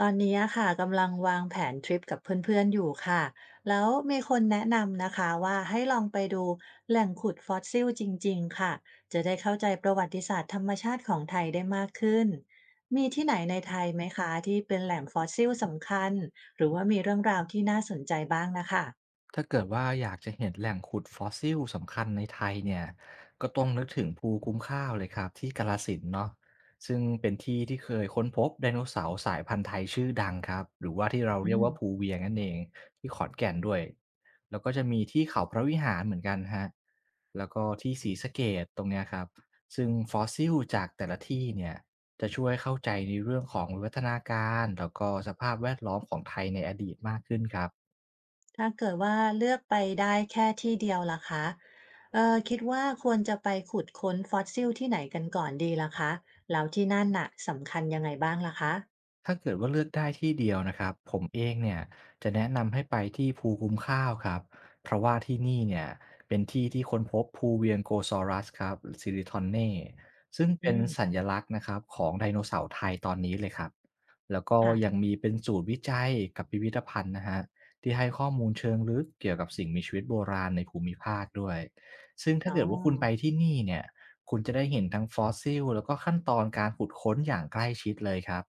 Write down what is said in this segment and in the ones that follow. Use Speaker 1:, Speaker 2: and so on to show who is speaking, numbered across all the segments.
Speaker 1: ตอนนี้อะค่ะกำลังวางแผนทริปกับเพื่อนๆอยู่ค่ะแล้วมีคนแนะนำนะคะว่าให้ลองไปดูแหล่งขุดฟอสซิลจริงๆค่ะจะได้เข้าใจประวัติศาสตร์ธรรมชาติของไทยได้มากขึ้นมีที่ไหนในไทยไหมคะที่เป็นแหล่งฟอสซิลสำคัญหรือว่ามีเรื่องราวที่น่าสนใจบ้างนะคะ
Speaker 2: ถ้าเกิดว่าอยากจะเห็นแหล่งขุดฟอสซิลสำคัญในไทยเนี่ยก็ต้องนึกถึงภูคุ้มข้าวเลยครับที่กาฬสินธุ์เนาะซึ่งเป็นที่ที่เคยค้นพบไดโนเสาร์สายพันธุ์ไทยชื่อดังครับหรือว่าที่เราเรี
Speaker 1: อื
Speaker 2: ยก
Speaker 1: ม
Speaker 2: ว่าภูเวียงนั่นเองที่ขอนแก่นด้วย แล้วก็จะมีที่เขาพระวิหารเหมือนกันฮะแล้วก็ที่ศรีสะเกษตรงเนี้ยครับซึ่งฟอสซิลจากแต่ละที่เนี่ยจะช่วยเข้าใจในเรื่องของวิวัฒนาการแล้วก็สภาพแวดล้อมของไทยในอดีตมากขึ้นครับ
Speaker 1: ถ้าเกิดว่าเลือกไปได้แค่ที่เดียวล่ะคะคิดว่าควรจะไปขุดค้นฟอสซิลที่ไหนกันก่อนดีล่ะคะแล้วที่นั่นน่ะสำคัญยังไงบ้างล่ะคะ
Speaker 2: ถ้าเกิดว่าเลือกได้ที่เดียวนะครับผมเองเนี่ยจะแนะนำให้ไปที่ภูคุ้มข้าวครับเพราะว่าที่นี่เนี่ยเป็นที่ที่ค้นพบภูเวียงโกซอรัสครับซิริทอนเน่ซึ่ง
Speaker 1: อื
Speaker 2: เป็นสั
Speaker 1: ม
Speaker 2: ญลักษณ์นะครับของไดโนเสาร์ไทยตอนนี้เลยครับแล้วก็ยัง
Speaker 1: ค่ะ
Speaker 2: มีเป็นศูนย์วิจัยกับพิพิธภัณฑ์นะฮะที่ให้ข้อมูลเชิงลึกเกี่ยวกับสิ่งมีชีวิตโบราณในภูมิภาคด้วยซึ่งถ้า
Speaker 1: อ๋อ
Speaker 2: เกิดว่าคุณไปที่นี่เนี่ยคุณจะได้เห็นทั้งฟอสซิลแล้วก็ขั้นตอนการขุดค้นอย่างใกล้ชิดเลยครับ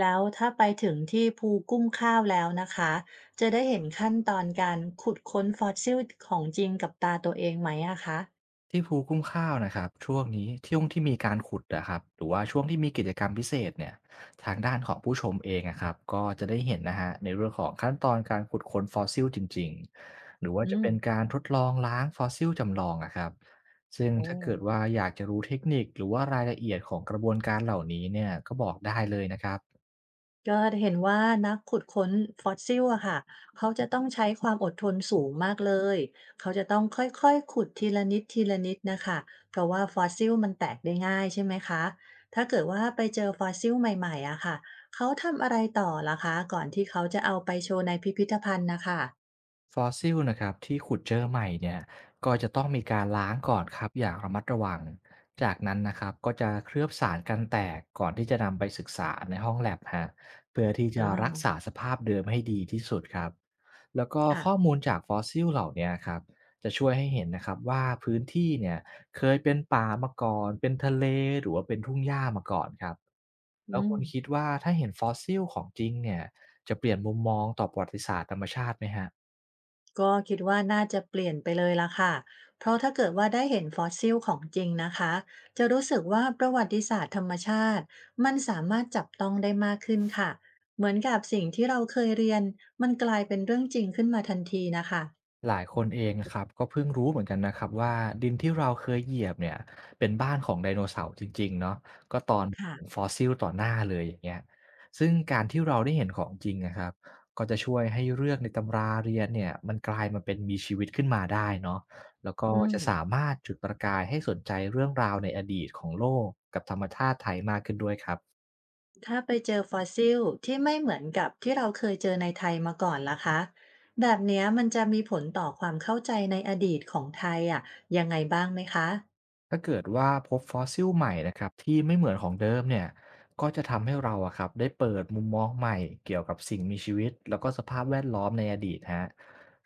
Speaker 1: แล้วถ้าไปถึงที่ภูกุ้มข้าวแล้วนะคะจะได้เห็นขั้นตอนการขุดค้นฟอสซิลของจริงกับตาตัวเองไหมอะคะ
Speaker 2: ที่ภูคุ้มข้าวนะครับช่วงนี้ช่วงที่มีการขุดนะครับหรือว่าช่วงที่มีกิจกรรมพิเศษเนี่ยทางด้านของผู้ชมเองนะครับก็จะได้เห็นนะฮะในเรื่องของขั้นตอนการขุดค้นฟอสซิลจริงๆหรือว่า
Speaker 1: อื
Speaker 2: จะ
Speaker 1: ม
Speaker 2: เป็นการทดลองล้างฟอสซิลจำลองนะครับซึ่ง
Speaker 1: โอ้
Speaker 2: ถ้าเกิดว่าอยากจะรู้เทคนิคหรือว่ารายละเอียดของกระบวนการเหล่านี้เนี่ยก็บอกได้เลยนะครับ
Speaker 1: ก็เห็นว่านักขุดค้นฟอสซิลอะค่ะเขาจะต้องใช้ความอดทนสูงมากเลยเขาจะต้องค่อยๆขุดทีละนิดทีละนิดนะคะเพราะว่าฟอสซิลมันแตกได้ง่ายใช่ไหมคะถ้าเกิดว่าไปเจอฟอสซิลใหม่ๆอะค่ะเขาทำอะไรต่อล่ะคะก่อนที่เขาจะเอาไปโชว์ในพิพิธภัณฑ์นะคะ
Speaker 2: ฟอสซิลนะครับที่ขุดเจอใหม่เนี่ยก็จะต้องมีการล้างก่อนครับอย่างระมัดระวังจากนั้นนะครับก็จะเคลือบสารกันแตกก่อนที่จะนำไปศึกษาในห้องแลบฮะเพื่อที่
Speaker 1: อ่
Speaker 2: จะรักษา
Speaker 1: า
Speaker 2: สภาพเดิมให้ดีที่สุดครับแล้วก็
Speaker 1: ค่ะ
Speaker 2: ข้อมูลจากฟอสซิลเหล่าเนี้ยครับจะช่วยให้เห็นนะครับว่าพื้นที่เนี่ยเคยเป็นป่ามาก่อนเป็นทะเลหรือว่าเป็นทุ่งหญ้ามาก่อนครับ
Speaker 1: อื
Speaker 2: แล้วคุณคิด
Speaker 1: ม
Speaker 2: ว่าถ้าเห็นฟอสซิลของจริงเนี่ยจะเปลี่ยนมุมมองต่อประวัติศาสตร์ธรรมชาติไหมฮะ
Speaker 1: ก็คิดว่าน่าจะเปลี่ยนไปเลยล่ะค่ะเพราะถ้าเกิดว่าได้เห็นฟอสซิลของจริงนะคะจะรู้สึกว่าประวัติศาสตร์ธรรมชาติมันสามารถจับต้องได้มากขึ้นค่ะเหมือนกับสิ่งที่เราเคยเรียนมันกลายเป็นเรื่องจริงขึ้นมาทันทีนะคะ
Speaker 2: หลายคนเองนะครับก็เพิ่งรู้เหมือนกันนะครับว่าดินที่เราเคยเหยียบเนี่ยเป็นบ้านของไดโนเสาร์จริงๆเนาะก็ตอนเห็นฟ
Speaker 1: ค่ะ
Speaker 2: อสซิลต่อหน้าเลยอย่างเงี้ยซึ่งการที่เราได้เห็นของจริงนะครับก็จะช่วยให้เรื่องในตำราเรียนเนี่ยมันกลายมาเป็นมีชีวิตขึ้นมาได้เนาะแล้วก็
Speaker 1: อืม
Speaker 2: จะสามารถจุดประกายให้สนใจเรื่องราวในอดีตของโลกกับธรรมชาติไทยมากขึ้นด้วยครับ
Speaker 1: ถ้าไปเจอฟอสซิลที่ไม่เหมือนกับที่เราเคยเจอในไทยมาก่อนล่ะคะแบบเนี้ยมันจะมีผลต่อความเข้าใจในอดีตของไทยอ่ะยังไงบ้างไหมคะ
Speaker 2: ถ้าเกิดว่าพบฟอสซิลใหม่นะครับที่ไม่เหมือนของเดิมเนี่ยก็จะทำให้เราอะครับได้เปิดมุมมองใหม่เกี่ยวกับสิ่งมีชีวิตแล้วก็สภาพแวดล้อมในอดีตฮะ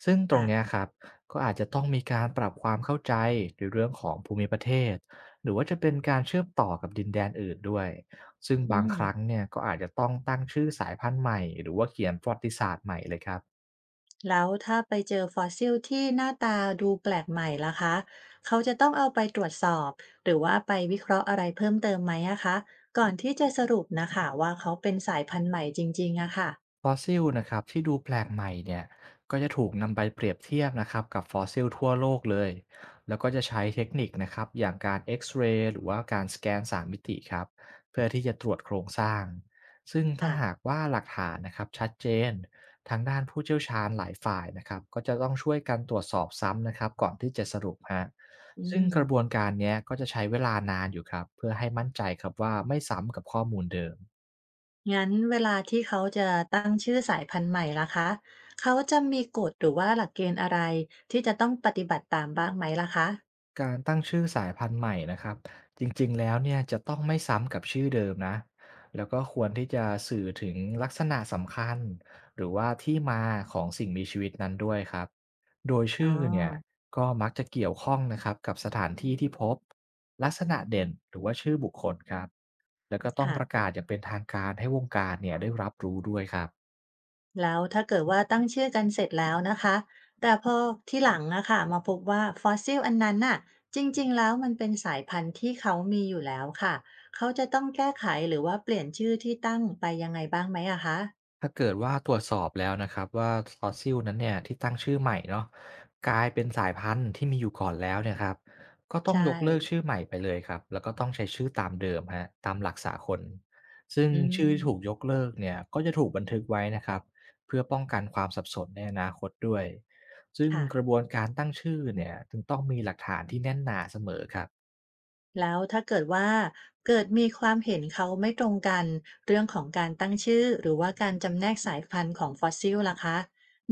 Speaker 2: ซึ่งตรง
Speaker 1: ค่ะ
Speaker 2: เนี้ยครับก็อาจจะต้องมีการปรับความเข้าใจในเรื่องของภูมิประเทศหรือว่าจะเป็นการเชื่อมต่อกับดินแดนอื่นด้วยซึ่ง
Speaker 1: อื
Speaker 2: บาง
Speaker 1: ม
Speaker 2: ครั้งเนี่ยก็อาจจะต้องตั้งชื่อสายพันธุ์ใหม่หรือว่าเขียนประวัติศาสตร์ใหม่เลยครับ
Speaker 1: แล้วถ้าไปเจอฟอสซิลที่หน้าตาดูแปลกใหม่ล่ะคะ เขาจะต้องเอาไปตรวจสอบหรือว่าไปวิเคราะห์อะไรเพิ่มเติมไหมอะคะก่อนที่จะสรุปนะคะว่าเขาเป็นสายพันธุ์ใหม่จริงๆอะค่ะ
Speaker 2: ฟอสซิลนะครับที่ดูแปลกใหม่เนี่ยก็จะถูกนำไปเปรียบเทียบนะครับกับฟอสซิลทั่วโลกเลยแล้วก็จะใช้เทคนิคนะครับอย่างการเอ็กซเรย์หรือว่าการสแกน3มมิติครับเพื่อที่จะตรวจโครงสร้างซึ่งถ้า
Speaker 1: อ่ะ
Speaker 2: หากว่าหลักฐานนะครับชัดเจนทางด้านผู้เชี่ยวชาญหลายฝ่ายนะครับก็จะต้องช่วยกันตรวจสอบซ้ำนะครับก่อนที่จะสรุปฮะ
Speaker 1: อื
Speaker 2: ซึ่ง
Speaker 1: ม
Speaker 2: กระบวนการเนี้ยก็จะใช้เวลานานอยู่ครับเพื่อให้มั่นใจครับว่าไม่ซ้ำกับข้อมูลเดิม
Speaker 1: งั้นเวลาที่เขาจะตั้งชื่อสายพันธุ์ใหม่ล่ะคะเขาจะมีกฎหรือว่าหลักเกณฑ์อะไรที่จะต้องปฏิบัติตามบ้างไหมล่ะคะ
Speaker 2: การตั้งชื่อสายพันธุ์ใหม่นะครับจริงๆแล้วเนี่ยจะต้องไม่ซ้ำกับชื่อเดิมนะแล้วก็ควรที่จะสื่อถึงลักษณะสำคัญหรือว่าที่มาของสิ่งมีชีวิตนั้นด้วยครับโดย
Speaker 1: อ๋อ
Speaker 2: ชื่อเนี่ยก็มักจะเกี่ยวข้องนะครับกับสถานที่ที่พบลักษณะเด่นหรือว่าชื่อบุคคลครับแล้วก็ต้อง
Speaker 1: ค่ะ
Speaker 2: ประกาศอย่างเป็นทางการให้วงการเนี่ยได้รับรู้ด้วยครับ
Speaker 1: แล้วถ้าเกิดว่าตั้งชื่อกันเสร็จแล้วนะคะ แต่พอที่หลังนะคะมาพบว่าฟอสซิลอันนั้นน่ะ จริงๆแล้วมันเป็นสายพันธุ์ที่เขามีอยู่แล้วค่ะเขาจะต้องแก้ไขหรือว่าเปลี่ยนชื่อที่ตั้งไปยังไงบ้างไหมอะคะ
Speaker 2: ถ้าเกิดว่าตรวจสอบแล้วนะครับว่าฟอสซิลนั้นเนี่ยที่ตั้งชื่อใหม่เนาะกลายเป็นสายพันธุ์ที่มีอยู่ก่อนแล้วเนี่ยครับก็ต้อง
Speaker 1: ใช่
Speaker 2: ยกเลิกชื่อใหม่ไปเลยครับแล้วก็ต้องใช้ชื่อตามเดิมฮะตามหลักสากลซึ่ง
Speaker 1: อื
Speaker 2: ชื่อที่ถูกย
Speaker 1: ม
Speaker 2: กเลิกเนี่ยก็จะถูกบันทึกไว้นะครับเพื่อป้องกันความสับสนในอนาคตด้วยซึ่ง
Speaker 1: ค่ะ
Speaker 2: กระบวนการตั้งชื่อเนี่ยจึงต้องมีหลักฐานที่แน่นหนาเสมอครับ
Speaker 1: แล้วถ้าเกิดว่าเกิดมีความเห็นเขาไม่ตรงกันเรื่องของการตั้งชื่อหรือว่าการจำแนกสายพันธุ์ของฟอสซิลล่ะคะ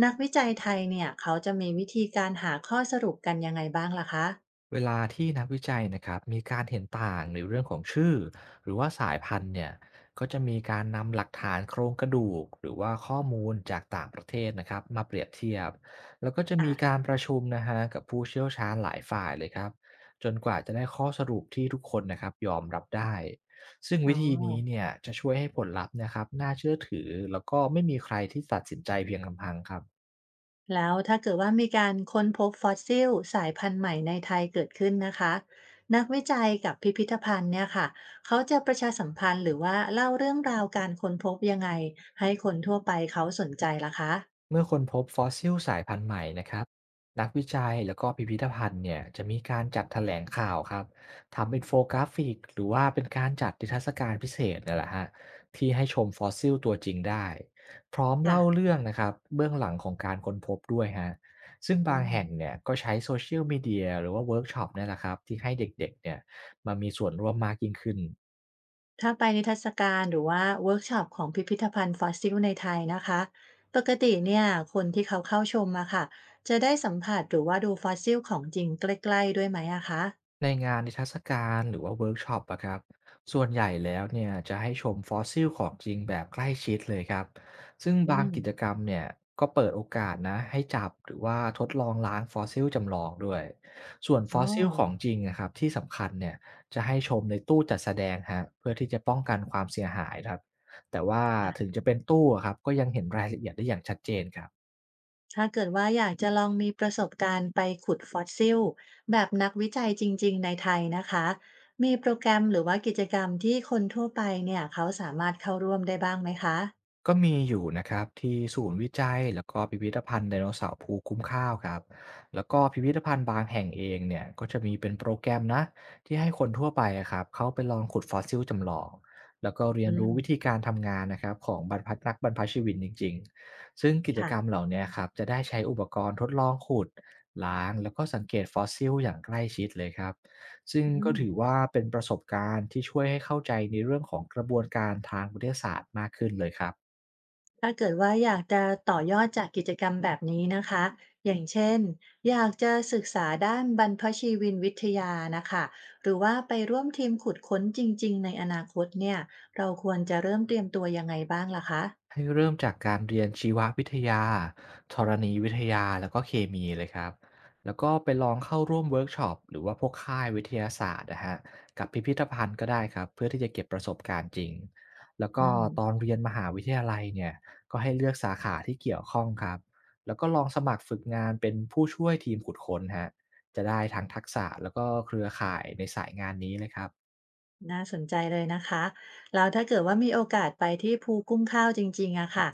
Speaker 1: นักวิจัยไทยเนี่ยเขาจะมีวิธีการหาข้อสรุปกันยังไงบ้างล่ะคะ
Speaker 2: เวลาที่นักวิจัยนะครับมีการเห็นต่างในเรื่องของชื่อหรือว่าสายพันธุ์เนี่ยก็จะมีการนำหลักฐานโครงกระดูกหรือว่าข้อมูลจากต่างประเทศนะครับมาเปรียบเทียบแล้วก็จะมีการ
Speaker 1: อ
Speaker 2: ประชุมนะฮะกับผู้เชี่ยวชาญหลายฝ่ายเลยครับจนกว่าจะได้ข้อสรุปที่ทุกคนนะครับยอมรับได้ซึ่ง
Speaker 1: อ๋
Speaker 2: วิ
Speaker 1: อ
Speaker 2: ธีนี้เนี่ยจะช่วยให้ผลลัพธ์นะครับน่าเชื่อถือแล้วก็ไม่มีใครที่ตัดสินใจเพียงลำพังครับ
Speaker 1: แล้วถ้าเกิดว่ามีการค้นพบฟอสซิลสายพันธุ์ใหม่ในไทยเกิดขึ้นนะคะนักวิจัยกับพิพิธภัณฑ์เนี่ยค่ะเขาจะประชาสัมพันธ์หรือว่าเล่าเรื่องราวการค้นพบยังไงให้คนทั่วไปเขาสนใจล่ะคะ
Speaker 2: เมื่อคนพบฟอสซิลสายพันธุ์ใหม่นะครับนักวิจัยแล้วก็พิพิธภัณฑ์เนี่ยจะมีการจัดแถลงข่าวครับทำเป็นโฟกราฟิกหรือว่าเป็นการจัดนิทรรศการพิเศษเนี่ยแหละฮะที่ให้ชมฟอสซิลตัวจริงได้พร้อมเล่า
Speaker 1: ค่ะ
Speaker 2: เรื่องนะครับเบื้องหลังของการค้นพบด้วยฮะซึ่งบา
Speaker 1: อื
Speaker 2: ง
Speaker 1: ม
Speaker 2: แห่งเนี่ยก็ใช้โซเชียลมีเดียหรือว่าเวิร์กช็อปเนี่ยแหละครับที่ให้เด็กๆเนี่ยมามีส่วนร่วมมากยิ่งขึ้น
Speaker 1: ถ้าไปนิทรรศการหรือว่าเวิร์กช็อปของพิพิธภัณฑ์ฟอสซิลในไทยนะคะปกติเนี่ยคนที่เขาเข้าชมอะค่ะจะได้สัมผัสหรือว่าดูฟอสซิลของจริงใกล้ๆด้วยไหมอะคะ
Speaker 2: ในงานนิทรรศการหรือว่าเวิร์กช็อปอะครับส่วนใหญ่แล้วเนี่ยจะให้ชมฟอสซิลของจริงแบบใกล้ชิดเลยครับซึ่ง
Speaker 1: อื
Speaker 2: บาง
Speaker 1: ม
Speaker 2: กิจกรรมเนี่ยก็เปิดโอกาสนะให้จับหรือว่าทดลองล้างฟอสซิลจำลองด้วยส่วนฟ
Speaker 1: อ๋อ
Speaker 2: อสซิลของจริงนะครับที่สำคัญเนี่ยจะให้ชมในตู้จัดแสดงฮะเพื่อที่จะป้องกันความเสียหายครับแต่ว่าถึงจะเป็นตู้อะครับก็ยังเห็นรายละเอียดได้อย่างชัดเจนครับ
Speaker 1: ถ้าเกิดว่าอยากจะลองมีประสบการณ์ไปขุดฟอสซิลแบบนักวิจัยจริงๆในไทยนะคะมีโปรแกรมหรือว่ากิจกรรมที่คนทั่วไปเนี่ยเขาสามารถเข้าร่วมได้บ้างไหมคะ
Speaker 2: ก็มีอยู่นะครับที่ศูนย์วิจัยแล้วก็พิพิธภัณฑ์ไดโนเสาร์ภูคุ้มข้าวครับแล้วก็พิพิธภัณฑ์บางแห่งเองเนี่ยก็จะมีเป็นโปรแกรมนะที่ให้คนทั่วไปอะครับเขาไปลองขุดฟอสซิลจำลองแล้วก็เรีย
Speaker 1: อื
Speaker 2: นรู้วิธี
Speaker 1: ม
Speaker 2: การทำงานนะครับของบรรพนักบรรพชีวินจริงๆซึ่งกิจกรรม
Speaker 1: ค่ะ
Speaker 2: เหล่าเนี้ครับจะได้ใช้อุปกรณ์ทดลองขุดล้างแล้วก็สังเกตฟอสซิลอย่างใกล้ชิดเลยครับซึ่ง
Speaker 1: อื
Speaker 2: ก็
Speaker 1: ม
Speaker 2: ถือว่าเป็นประสบการณ์ที่ช่วยให้เข้าใจในเรื่องของกระบวนการทางวิทยาศาสตร์มากขึ้นเลยครับ
Speaker 1: ถ้าเกิดว่าอยากจะต่อยอดจากกิจกรรมแบบนี้นะคะอย่างเช่น อยากจะศึกษาด้านบรรพชีวินวิทยานะคะหรือว่าไปร่วมทีมขุดค้นจริงๆในอนาคตเนี่ยเราควรจะเริ่มเตรียมตัวยังไงบ้างล่ะคะ
Speaker 2: ให้เริ่มจากการเรียนชีววิทยาธรณีวิทยาแล้วก็เคมีเลยครับแล้วก็ไปลองเข้าร่วมเวิร์กช็อปหรือว่าพวกค่ายวิทยาศาสตร์นะฮะกับพิพิธภัณฑ์ก็ได้ครับเพื่อที่จะเก็บประสบการณ์จริงแล้ว
Speaker 1: อื
Speaker 2: ก็
Speaker 1: ม
Speaker 2: ตอนเรียนมหาวิทยาลัยเนี่ยก็ให้เลือกสาขาที่เกี่ยวข้องครับแล้วก็ลองสมัครฝึกงานเป็นผู้ช่วยทีมขุดค้นฮะจะได้ทั้งทักษะแล้วก็เครือข่ายในสายงานนี้เลยครับ
Speaker 1: น่าสนใจเลยนะคะแล้วถ้าเกิดว่ามีโอกาสไปที่ภูกุ้มข้าวจริงๆอะค่ะ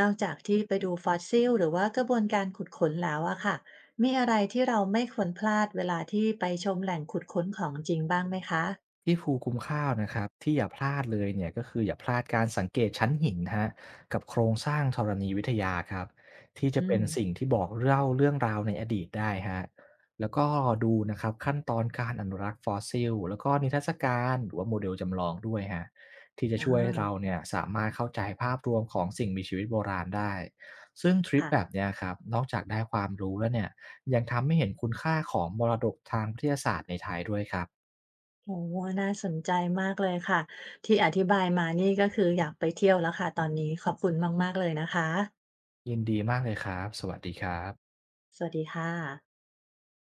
Speaker 1: นอกจากที่ไปดูฟอสซิลหรือว่ากระบวนการขุดค้นแล้วอะค่ะมีอะไรที่เราไม่ควรพลาดเวลาที่ไปชมแหล่งขุดค้นของจริงบ้างไหมคะ
Speaker 2: ที่ภูคุ้มข้าวนะครับที่อย่าพลาดเลยเนี่ยก็คืออย่าพลาดการสังเกตชั้นหินฮะกับโครงสร้างธรณีวิทยาครับที่จะ
Speaker 1: อื
Speaker 2: เป็
Speaker 1: ม
Speaker 2: นสิ่งที่บอกเล่าเรื่องราวในอดีตได้ฮะแล้วก็ดูนะครับขั้นตอนการอนุรักษ์ฟอสซิลแล้วก็นิทรรศการหรือว่าโมเดลจำลองด้วยฮะที่จะ
Speaker 1: อา
Speaker 2: ช่วยให้เราเนี่ยสามารถเข้าใจภาพรวมของสิ่งมีชีวิตโบราณได้ซึ่งทริป
Speaker 1: ค่ะ
Speaker 2: แบบเนี้ยครับนอกจากได้ความรู้แล้วเนี่ยยังทำให้เห็นคุณค่าของมรดกทางวิทยาศาสตร์ในไทยด้วยครับ
Speaker 1: โอ้น่าสนใจมากเลยค่ะที่อธิบายมานี่ก็คืออยากไปเที่ยวแล้วค่ะตอนนี้ขอบคุณมากๆเลยนะคะ
Speaker 2: ยินดีมากเลยครับ สวัสดีครับ
Speaker 1: สวัสดีค่ะ